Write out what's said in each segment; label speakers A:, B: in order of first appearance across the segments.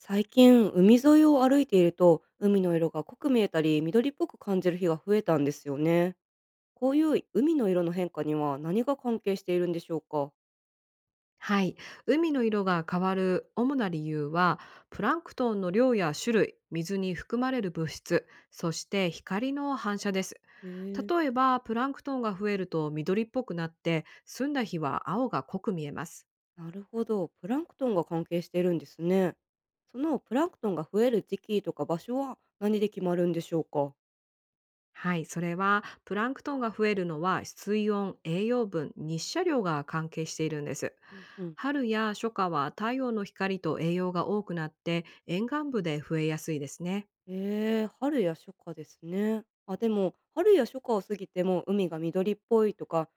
A: 最近、海沿いを歩いていると、海の色が濃く見えたり、緑っぽく感じる日が増えたんですよね。こういう海の色の変化には何が関係しているんでしょうか？
B: はい、海の色が変わる主な理由は、プランクトンの量や種類、水に含まれる物質、そして光の反射です。
A: へえ。
B: 例えばプランクトンが増えると緑っぽくなって、澄んだ日は青が濃く見えます。
A: なるほど。プランクトンが関係しているんですね。そのプランクトンが増える時期とか場所は何で決まるんでしょうか？
B: はい、それはプランクトンが増えるのは水温、栄養分、日射量が関係しているんです。
A: うんうん。
B: 春や初夏は太陽の光と栄養が多くなって、沿岸部で増えやすいですね。
A: ええ、春や初夏ですね。あ、でも、春や初夏を過ぎても海が緑っぽいとか、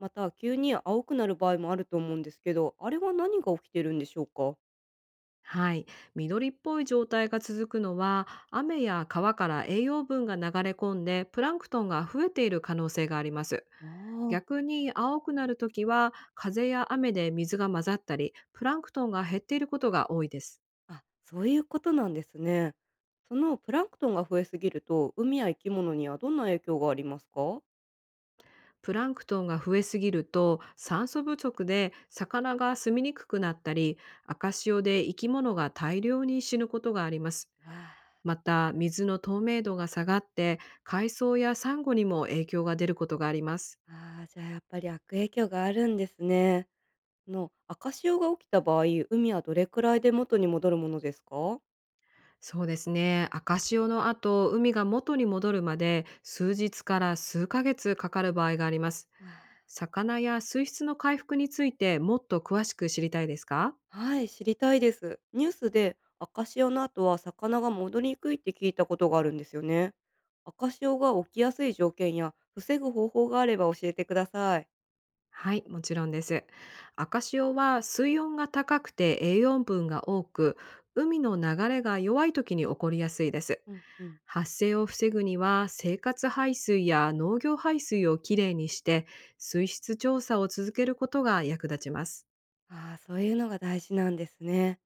A: また急に青くなる場合もあると思うんですけど、あれは何が起きてるんでしょうか？
B: はい、緑っぽい状態が続くのは雨や川から栄養分が流れ込んでプランクトンが増えている可能性があります。
A: あ
B: 逆に青くなるときは風や雨で水が混ざったり、プランクトンが減っていることが多いです。
A: あ、あ、そういうことなんですね。そのプランクトンが増えすぎると、海や生き物にはどんな影響がありますか？
B: プランクトンが増えすぎると酸素不足で魚が住みにくくなったり、赤潮で生き物が大量に死ぬことがあります。
A: わあ。
B: また水の透明度が下がって、海藻やサンゴにも影響が出ることがあります。
A: ああ、じゃあやっぱり悪影響があるんですね。その赤潮が起きた場合、海はどれくらいで元に戻るものですか？わ、
B: そうですね。赤潮の後、海が元に戻るまで数日から数ヶ月かかる場合があります。魚や水質の回復についてもっと詳しく知りたいですか？
A: はい、知りたいです。ニュースで赤潮の後は魚が戻りにくいって聞いたことがあるんですよね。赤潮が起きやすい条件や防ぐ方法があれば教えてください。
B: はい、もちろんです。赤潮は水温が高くて栄養分が多く、海の流れが弱い時に起こりやすいです。
A: うんうん。
B: 発生を防ぐには生活排水や農業排水をきれいにして、水質調査を続けることが役立ちます。
A: ああ、そういうのが大事なんですね。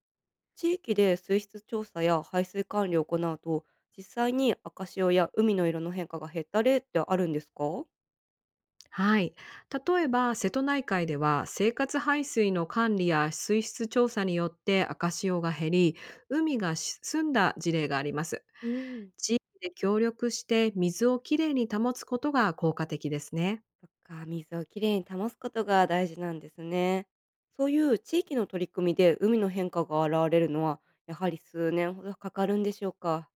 A: 地域で水質調査や排水管理を行うと、実際に赤潮や海の色の変化が減った例ってあるんですか？
B: はい。例えば、瀬戸内海では生活排水の管理や水質調査によって赤潮が減り、海が澄んだ事例があります。
A: うん。
B: 地域で協力して水をきれいに保つことが効果的ですね。
A: そっか、水をきれいに保つことが大事なんですね。そういう地域の取り組みで海の変化が現れるのは、やはり数年ほどかかるんでしょうか。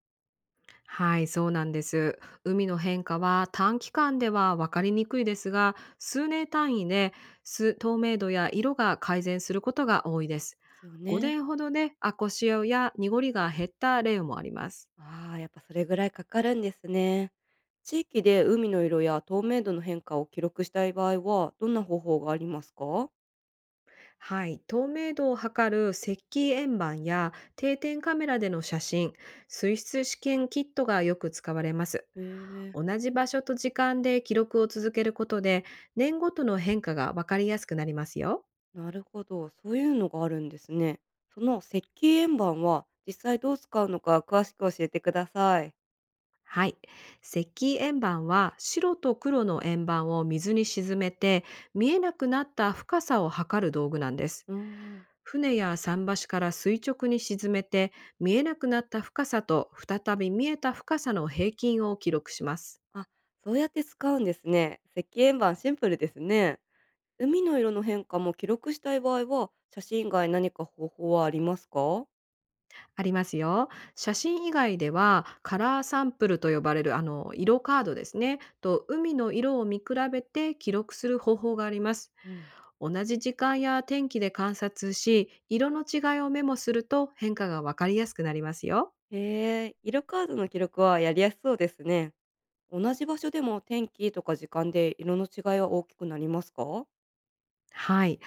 B: はい、そうなんです。海の変化は短期間では分かりにくいですが、数年単位で透明度や色が改善することが多いです。
A: ですよね。
B: 5年ほどで赤潮や濁りが減った例もあります。
A: ああ、やっぱそれぐらいかかるんですね。地域で海の色や透明度の変化を記録したい場合は、どんな方法がありますか？
B: はい、透明度を測る石器円盤や定点カメラでの写真、水質試験キットがよく使われます。
A: へえ。
B: 同じ場所と時間で記録を続けることで、年ごとの変化がわかりやすくなりますよ。
A: なるほど。そういうのがあるんですね。その石器円盤は実際どう使うのか詳しく教えてください。
B: はい。石器円盤は白と黒の円盤を水に沈めて、見えなくなった深さを測る道具なんです。
A: うーん。
B: 船や桟橋から垂直に沈めて、見えなくなった深さと再び見えた深さの平均を記録します。
A: あ、そうやって使うんですね。石鹸板シンプルですね。海の色の変化も記録したい場合は、写真以外何か方法はありますか？
B: ありますよ。写真以外では、カラーサンプルと呼ばれる、色カードですね、と海の色を見比べて記録する方法があります。
A: うん。
B: 同じ時間や天気で観察し、色の違いをメモすると変化がわかりやすくなりますよ。
A: へえ、色カードの記録はやりやすそうですね。同じ場所でも天気とか時間で色の違いは大きくなりますか？
B: はい。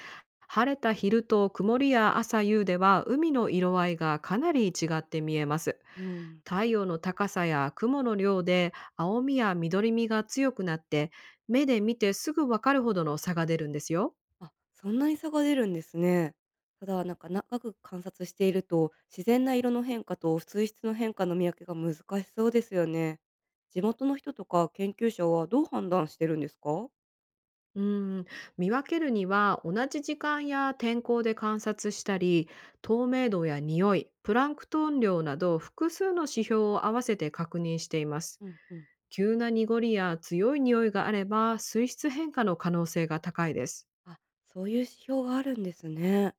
B: 晴れた昼と曇りや朝夕では海の色合いがかなり違って見えます。
A: うん。
B: 太陽の高さや雲の量で青みや緑みが強くなって、目で見てすぐわかるほどの差が出るんですよ。
A: あ、そんなに差が出るんですね。ただ、なんか長く観察していると、自然な色の変化と水質の変化の見分けが難しそうですよね。地元の人とか研究者はどう判断してるんですか？
B: うん、見分けるには同じ時間や天候で観察したり、透明度や匂い、プランクトン量など複数の指標を合わせて確認しています。
A: うんうん。
B: 急な濁りや強い匂いがあれば水質変化の可能性が高いです。
A: あ、そういう指標があるんですね。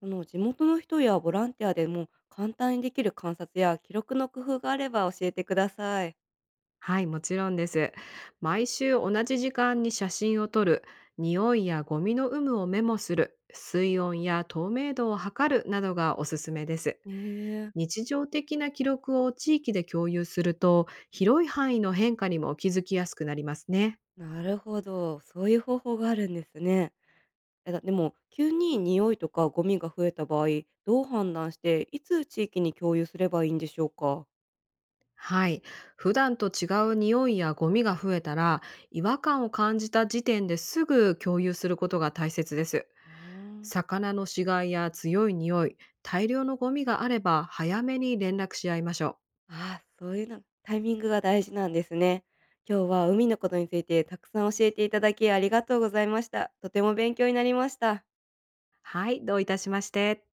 A: その地元の人やボランティアでも簡単にできる観察や記録の工夫があれば教えてください。
B: はい、もちろんです。毎週同じ時間に写真を撮る、匂いやゴミの有無をメモする、水温や透明度を測るなどがおすすめです。
A: ええ。
B: 日常的な記録を地域で共有すると、広い範囲の変化にも気づきやすくなりますね。
A: なるほど。そういう方法があるんですね。え、だでも、急に匂いとかゴミが増えた場合、どう判断して、いつ地域に共有すればいいんでしょうか？
B: はい。普段と違う匂いやゴミが増えたら、違和感を感じた時点ですぐ共有することが大切です。
A: うーん。
B: 魚の死骸や強い匂い、大量のゴミがあれば早めに連絡し合いましょう。
A: ああ、そういうのタイミングが大事なんですね。今日は海のことについてたくさん教えていただきありがとうございました。とても勉強になりました。
B: はい、どういたしまして。